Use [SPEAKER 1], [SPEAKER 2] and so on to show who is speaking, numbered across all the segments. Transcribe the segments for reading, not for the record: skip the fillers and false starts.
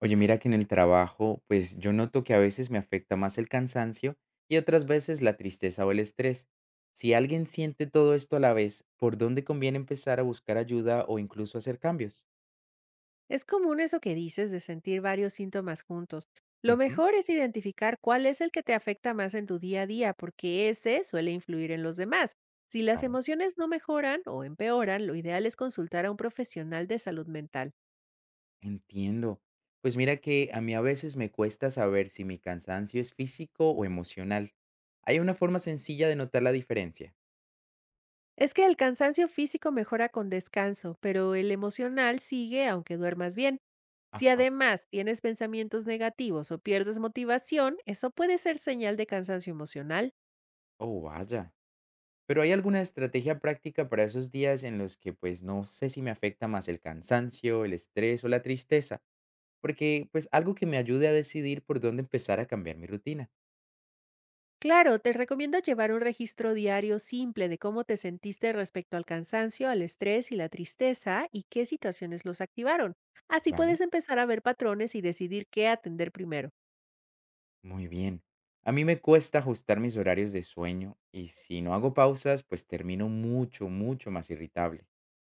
[SPEAKER 1] Oye, mira que en el trabajo, pues yo noto que a veces me afecta más el cansancio y otras veces la tristeza o el estrés. Si alguien siente todo esto a la vez, ¿por dónde conviene empezar a buscar ayuda o incluso hacer cambios?
[SPEAKER 2] Es común eso que dices de sentir varios síntomas juntos. Lo
[SPEAKER 1] Ujú,
[SPEAKER 2] mejor es identificar cuál es el que te afecta más en tu día a día, porque ese suele influir en los demás. Si las
[SPEAKER 1] claro.
[SPEAKER 2] emociones no mejoran o empeoran, lo ideal es consultar a un profesional de salud mental.
[SPEAKER 1] Entiendo. Pues mira que a mí a veces me cuesta saber si mi cansancio es físico o emocional. Hay una forma sencilla de notar la diferencia.
[SPEAKER 2] Es que el cansancio físico mejora con descanso, pero el emocional sigue aunque duermas bien. Si
[SPEAKER 1] Ajá.
[SPEAKER 2] además tienes pensamientos negativos o pierdes motivación, eso puede ser señal de cansancio emocional.
[SPEAKER 1] Oh, vaya. Pero, ¿hay alguna estrategia práctica para esos días en los que, pues, no sé si me afecta más el cansancio, el estrés o la tristeza? Porque, pues, algo que me ayude a decidir por dónde empezar a cambiar mi rutina.
[SPEAKER 2] Claro, te recomiendo llevar un registro diario simple de cómo te sentiste respecto al cansancio, al estrés y la tristeza y qué situaciones los activaron. Así puedes
[SPEAKER 1] ¿Vale?
[SPEAKER 2] empezar a ver patrones y decidir qué atender primero.
[SPEAKER 1] Muy bien. A mí me cuesta ajustar mis horarios de sueño y si no hago pausas, pues termino mucho, mucho más irritable.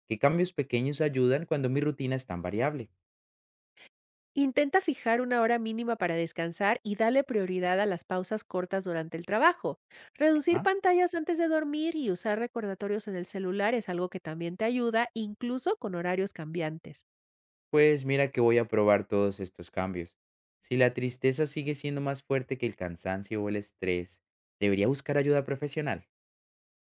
[SPEAKER 1] ¿Qué cambios pequeños ayudan cuando mi rutina es tan variable?
[SPEAKER 2] Intenta fijar una hora mínima para descansar y dale prioridad a las pausas cortas durante el trabajo. Reducir
[SPEAKER 1] Ajá.
[SPEAKER 2] pantallas antes de dormir y usar recordatorios en el celular es algo que también te ayuda, incluso con horarios cambiantes.
[SPEAKER 1] Pues mira que voy a probar todos estos cambios. Si la tristeza sigue siendo más fuerte que el cansancio o el estrés, debería buscar ayuda profesional.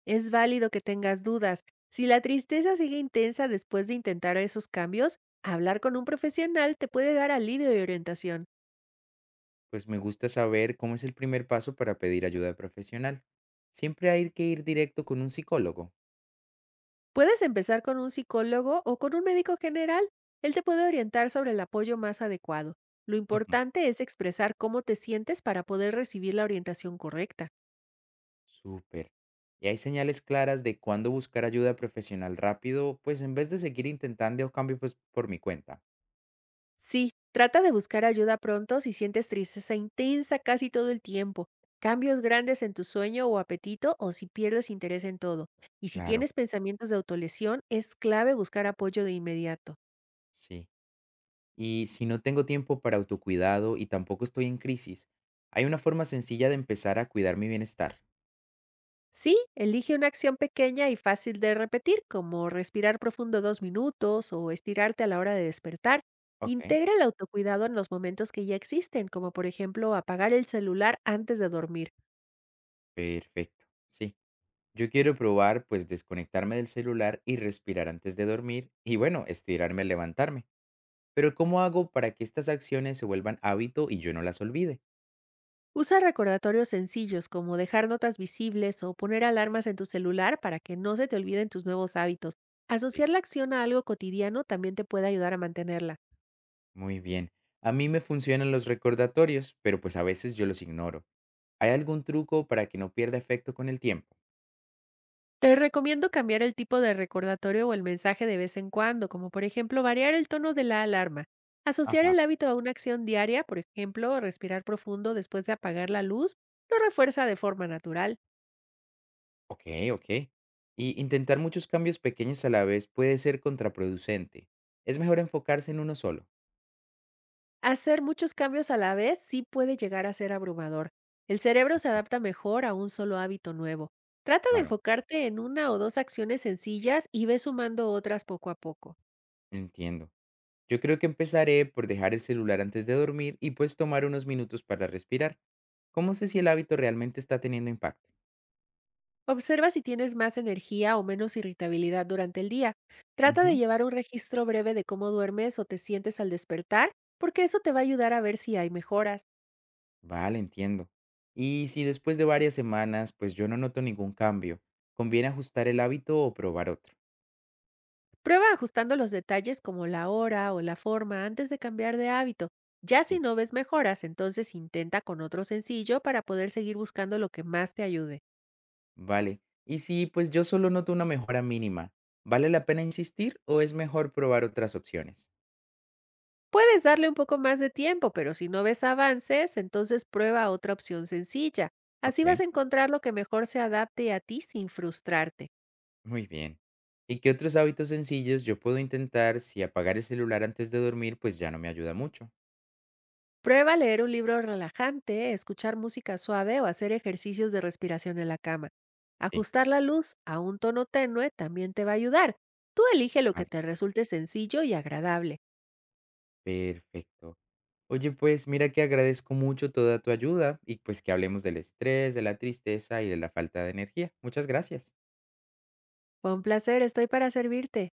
[SPEAKER 2] Es válido que tengas dudas. Si la tristeza sigue intensa después de intentar esos cambios, hablar con un profesional te puede dar alivio y orientación.
[SPEAKER 1] Pues me gusta saber cómo es el primer paso para pedir ayuda profesional. Siempre hay que ir directo con un psicólogo.
[SPEAKER 2] Puedes empezar con un psicólogo o con un médico general. Él te puede orientar sobre el apoyo más adecuado. Lo
[SPEAKER 1] Ujú.
[SPEAKER 2] importante es expresar cómo te sientes para poder recibir la orientación correcta.
[SPEAKER 1] Súper. Y hay señales claras de cuándo buscar ayuda profesional rápido, pues en vez de seguir intentando cambios pues, por mi cuenta.
[SPEAKER 2] Sí, trata de buscar ayuda pronto si sientes tristeza intensa casi todo el tiempo, cambios grandes en tu sueño o apetito o si pierdes interés en todo. Y si
[SPEAKER 1] Claro.
[SPEAKER 2] tienes pensamientos de autolesión, es clave buscar apoyo de inmediato.
[SPEAKER 1] Sí. Y si no tengo tiempo para autocuidado y tampoco estoy en crisis, hay una forma sencilla de empezar a cuidar mi bienestar.
[SPEAKER 2] Sí, elige una acción pequeña y fácil de repetir, como respirar profundo 2 minutos o estirarte a la hora de despertar.
[SPEAKER 1] Ok,
[SPEAKER 2] Integra el autocuidado en los momentos que ya existen, como por ejemplo apagar el celular antes de dormir.
[SPEAKER 1] perfecto. Sí. Yo quiero probar, pues, desconectarme del celular y respirar antes de dormir y, bueno, estirarme al levantarme. Pero, ¿cómo hago para que estas acciones se vuelvan hábito y yo no las olvide?
[SPEAKER 2] Usa recordatorios sencillos como dejar notas visibles o poner alarmas en tu celular para que no se te olviden tus nuevos hábitos.
[SPEAKER 1] Sí.
[SPEAKER 2] Asociar la acción a algo cotidiano también te puede ayudar a mantenerla.
[SPEAKER 1] Muy bien. A mí me funcionan los recordatorios, pero pues a veces yo los ignoro. ¿Hay algún truco para que no pierda efecto con el tiempo?
[SPEAKER 2] Te recomiendo cambiar el tipo de recordatorio o el mensaje de vez en cuando, como por ejemplo variar el tono de la alarma. Asociar
[SPEAKER 1] Ajá.
[SPEAKER 2] el hábito a una acción diaria, por ejemplo, respirar profundo después de apagar la luz, lo refuerza de forma natural.
[SPEAKER 1] Okey, okey. Y intentar muchos cambios pequeños a la vez puede ser contraproducente. Es mejor enfocarse en uno solo.
[SPEAKER 2] Hacer muchos cambios a la vez sí puede llegar a ser abrumador. El cerebro se
[SPEAKER 1] Ujú,
[SPEAKER 2] adapta mejor a un solo hábito nuevo. Trata de
[SPEAKER 1] claro.
[SPEAKER 2] enfocarte en una o dos acciones sencillas y ve sumando otras poco a poco.
[SPEAKER 1] Entiendo. Yo creo que empezaré por dejar el celular antes de dormir y pues tomar unos minutos para respirar. ¿Cómo sé si el hábito realmente está teniendo impacto?
[SPEAKER 2] Observa si tienes más energía o menos irritabilidad durante el día. Trata de
[SPEAKER 1] Ujú.
[SPEAKER 2] llevar un registro breve de cómo duermes o te sientes al despertar, porque eso te va a ayudar a ver si hay mejoras.
[SPEAKER 1] Vale, entiendo. Y si después de varias semanas, pues yo no noto ningún cambio, ¿conviene ajustar el hábito o probar otro?
[SPEAKER 2] Prueba ajustando los detalles como la hora o la forma antes de cambiar de hábito. Ya si
[SPEAKER 1] Sí.
[SPEAKER 2] no ves mejoras, entonces intenta con otro sencillo para poder seguir buscando lo que más te ayude.
[SPEAKER 1] Vale. Y si pues yo solo noto una mejora mínima, ¿vale la pena insistir o es mejor probar otras opciones?
[SPEAKER 2] Puedes darle un poco más de tiempo, pero si no ves avances, entonces prueba otra opción sencilla. Así vas
[SPEAKER 1] Ok,
[SPEAKER 2] a encontrar lo que mejor se adapte a ti sin frustrarte.
[SPEAKER 1] muy bien. ¿Y qué otros hábitos sencillos yo puedo intentar si apagar el celular antes de dormir pues ya no me ayuda mucho?
[SPEAKER 2] Prueba a leer un libro relajante, escuchar música suave o hacer ejercicios de respiración en la cama.
[SPEAKER 1] Sí,
[SPEAKER 2] Ajustar la luz a un tono tenue también te va a ayudar. Tú elige lo que
[SPEAKER 1] vale,
[SPEAKER 2] te resulte sencillo y agradable.
[SPEAKER 1] perfecto. Oye, pues mira que agradezco mucho toda tu ayuda y pues que hablemos del estrés, de la tristeza y de la falta de energía. Muchas gracias.
[SPEAKER 2] Fue un placer, estoy para servirte.